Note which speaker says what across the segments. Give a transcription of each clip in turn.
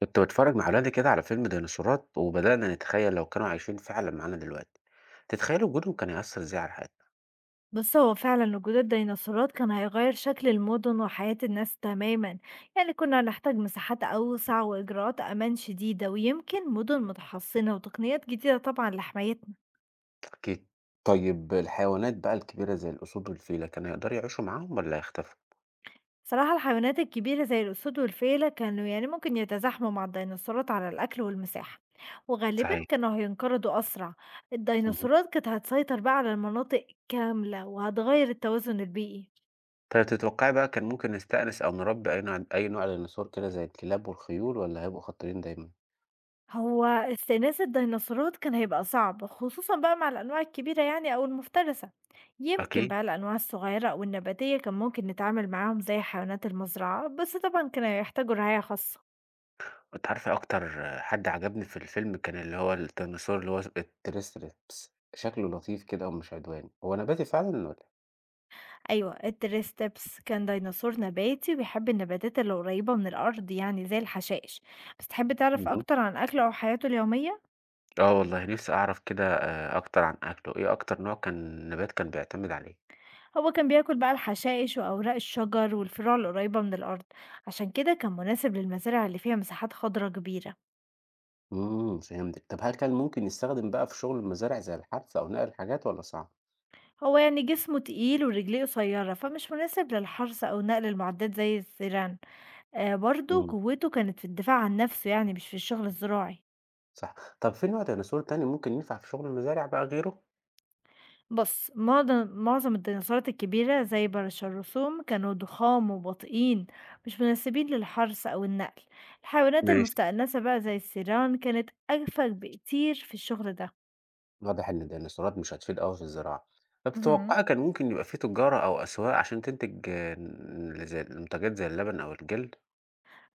Speaker 1: كنت بتفرج مع ولادي كده على فيلم ديناصورات وبدأنا نتخيل لو كانوا عايشين فعلا معانا دلوقتي. تتخيلوا وجودهم كان هيأثر ازاي على حياتنا؟
Speaker 2: بُص، هو فعلًا وجود الديناصورات كان هيغيّر شكل المدن وحياة الناس تمامًا، يعني كنا هنحتاج مساحات أوسع وإجراءات أمان شديدة، ويمكن مدن متحصنة وتقنيات جديدة طبعًا لحمايتنا.
Speaker 1: أكيد. طيب الحيوانات بقى الكبيرة زي الأسود والفيلة كانوا يقدروا يعيشوا معاهم ولا يختفوا؟
Speaker 2: صراحة الحيوانات الكبيرة زي الأسود والفيلة كانوا يعني ممكن يتزاحموا مع الديناصورات على الأكل والمساحة، وغالبًا
Speaker 1: صحيح.
Speaker 2: كانوا هينقرضوا أسرع.
Speaker 1: مهم.
Speaker 2: الديناصورات كانت هتسيطر بقى على المناطق كاملة، وهتغيّر التوازن البيئي.
Speaker 1: طيب تتوقعي بقى كان ممكن نستأنس أو نربي أي نوع ديناصور كده زي الكلاب والخيول ولا هيبقوا خطرين دايما؟
Speaker 2: هو استئناس الديناصورات كان هيبقى صعب خصوصا بقى مع الأنواع الكبيرة يعني أو المفترسة. يمكن
Speaker 1: أكيد.
Speaker 2: بقى الأنواع الصغيرة أو النباتية كان ممكن نتعامل معاهم زي حيوانات المزرعة بس طبعا كانوا يحتاجوا رعاية خاصة.
Speaker 1: أنت عارفة أكتر. حد عجبني في الفيلم كان اللي هو الديناصور اللي هو التريستريبس شكله لطيف كده ومش عدواني، هو نباتي فعلا ولا؟
Speaker 2: أيوة التريستبس كان ديناصور نباتي وبيحب النباتات اللي قريبة من الأرض يعني زي الحشائش. بس تحب تعرف
Speaker 1: مهم.
Speaker 2: أكتر عن أكله أو حياته اليومية؟
Speaker 1: آه والله نفسي أعرف كده أكتر عن أكله، إيه أكتر نوع كان نبات كان بيعتمد عليه؟
Speaker 2: هو كان بياكل بقى الحشائش وأوراق الشجر والفروع القريبة من الأرض. عشان كده كان مناسب للمزارع اللي فيها مساحات خضراء كبيرة.
Speaker 1: إمم، فهمتك. طب هل كان ممكن يستخدم بقى في شغل المزارع زي الحرث أو نقل الحاجات والّا صعب؟
Speaker 2: هو يعني جسمه تقيل ورجليه قصيرة فمش مناسب للحرث أو نقل المعدات زي السيران. آه برضو
Speaker 1: إمم.
Speaker 2: قوته كانت في الدفاع عن نفسه يعني مش في الشغل الزراعي.
Speaker 1: صح. طب في نوع ديناصور تاني ممكن ينفع في شغل المزارع بقى غيره؟
Speaker 2: بص معظم الديناصورات الكبيرة زي الرسوم كانوا ضخام وبطئين، مش مناسبين للحرث أو النقل. الحيوانات
Speaker 1: ماشي.
Speaker 2: المستأنسة بقى زي السيران كانت أكفأ بكتير في الشغل ده.
Speaker 1: واضح إن الديناصورات مش هتفيد أوي في الزراعة. طب
Speaker 2: مهم.
Speaker 1: تتوقعي كان ممكن يبقى في تجارة أو أسواق عشان تنتج آه، ن زي المنتجات زي اللبن أو الجلد؟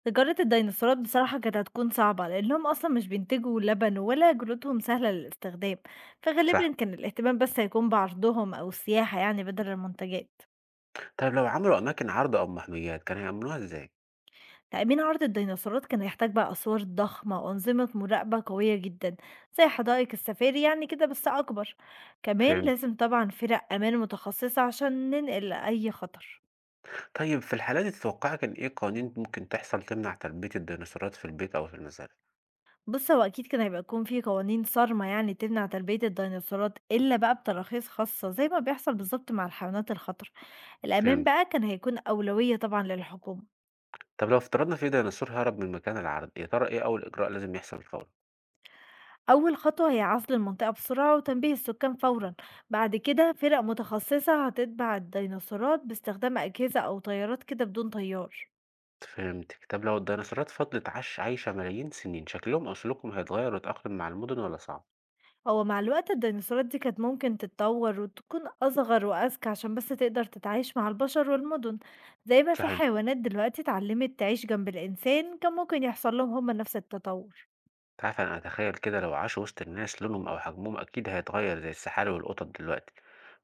Speaker 2: تجارة الديناصورات بصراحة كانت هتكون صعبة لأنهم أصلا مش بينتجوا لبن ولا جلودهم سهلة للاستخدام.
Speaker 1: صح.
Speaker 2: فغالبا كان الاهتمام بس هيكون بعرضهم أو السياحة يعني بدل المنتجات.
Speaker 1: طيب لو عملوا أماكن عرض أو محميات كانوا هيأمنوها إزاي؟
Speaker 2: تأمين عرض الديناصورات كان هيحتاج بقى أسوار ضخمة وأنظمة مراقبة قوية جدا، زي حدائق السفاري يعني كده بس أكبر. كمان
Speaker 1: فهمت.
Speaker 2: لازم طبعا فرق أمان متخصصة عشان ننقل أي خطر.
Speaker 1: طيب في الحالة دي تتوقعي كان إيه القوانين ممكن تحصل تمنع تربية الديناصورات في البيت أو في المزارع؟
Speaker 2: بُص، هو أكيد كان هيبقى يكون في قوانين صارمة يعني تمنع تربية الديناصورات إلا بقى بتراخيص خاصة زي ما بيحصل بالضبط مع الحيوانات الخطرة، الأمان
Speaker 1: فهمت،
Speaker 2: بقى كان هيكون أولوية طبعًا للحكومة.
Speaker 1: طب لو افترضنا في ديناصور هرب من مكان العرض، يا ترى إيه أول إجراء لازم يحصل فورا؟
Speaker 2: أول خطوة هي عزل المنطقة بسرعة وتنبيه السكان فورًا، بعد كده فرق متخصصة هتتبع الديناصورات باستخدام أجهزة أو طيارات كده بدون طيار.
Speaker 1: فهمتك، طب لو الديناصورات فضلت عاش عايشة ملايين سنين شكلهم أو سلوكهم هيتغير ويتأقلم مع المدن ولا صعب؟
Speaker 2: هو مع الوقت الديناصورات دي كانت ممكن تتطور وتكون أصغر وأذكى عشان بس تقدر تتعايش مع البشر والمدن. زي ما في
Speaker 1: صحيح،
Speaker 2: حيوانات دلوقتي اتعلمت تعيش جنب الإنسان كان ممكن يحصل لهم هما نفس التطور.
Speaker 1: أنت عارف أنا أتخيل كده لو عاشوا وسط الناس لونهم أو حجمهم أكيد هيتغير زي السحالي والقطط دلوقتي،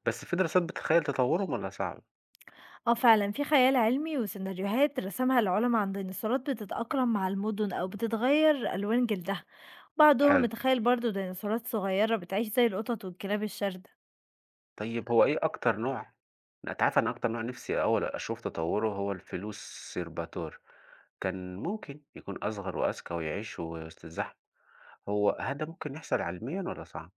Speaker 1: بس في دراسات بتخيل تطورهم ولا صعب؟
Speaker 2: اه فعلا في خيال علمي وسيناريوهات رسمها العلماء عن ديناصورات بتتأقلم مع المدن أو بتتغير ألوان جلدها. بعضهم
Speaker 1: حلو.
Speaker 2: اتخيل برضو ديناصورات صغيرة بتعيش زي القطط والكلاب الشاردة.
Speaker 1: طيب هو إيه أكتر نوع لأ أنت عارفة أنا أكتر نوع نفسي أوي أشوف تطوّره هو الفيلوسيرباتور، كان ممكن يكون أصغر وأذكى ويعيش وسط الزحمة، هو هل ده ممكن يحصل علميًا والّا صعب؟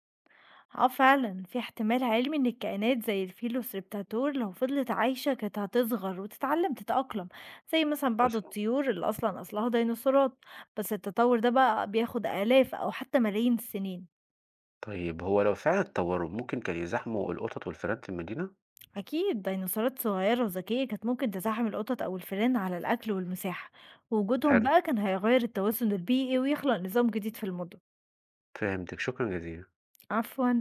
Speaker 2: آه فعلًا، في احتمال علمي إن الكائنات زي الفيلوسيرابتاتور لو فضلت عايشة كانت هتصغر وتتعلم تتأقلم، زي مثلًا بعض
Speaker 1: مثلًا.
Speaker 2: الطيور اللي أصلًا أصلها ديناصورات، بس التطور ده بقى بياخد آلاف أو حتى ملايين السنين.
Speaker 1: طيب هو لو فعلًا اتطوّروا ممكن كانوا يزاحموا القطط والفئران في المدينة؟
Speaker 2: أكيد ديناصورات صغيرة وذكية كانت ممكن تزاحم القطط أو الفئران على الأكل والمساحة، ووجودهم
Speaker 1: حلو،
Speaker 2: بقى كان هيغير التوازن البيئي ويخلق نظام جديد في المدن.
Speaker 1: فهمتِك، شكرًا جزيلًا.
Speaker 2: عفوًا.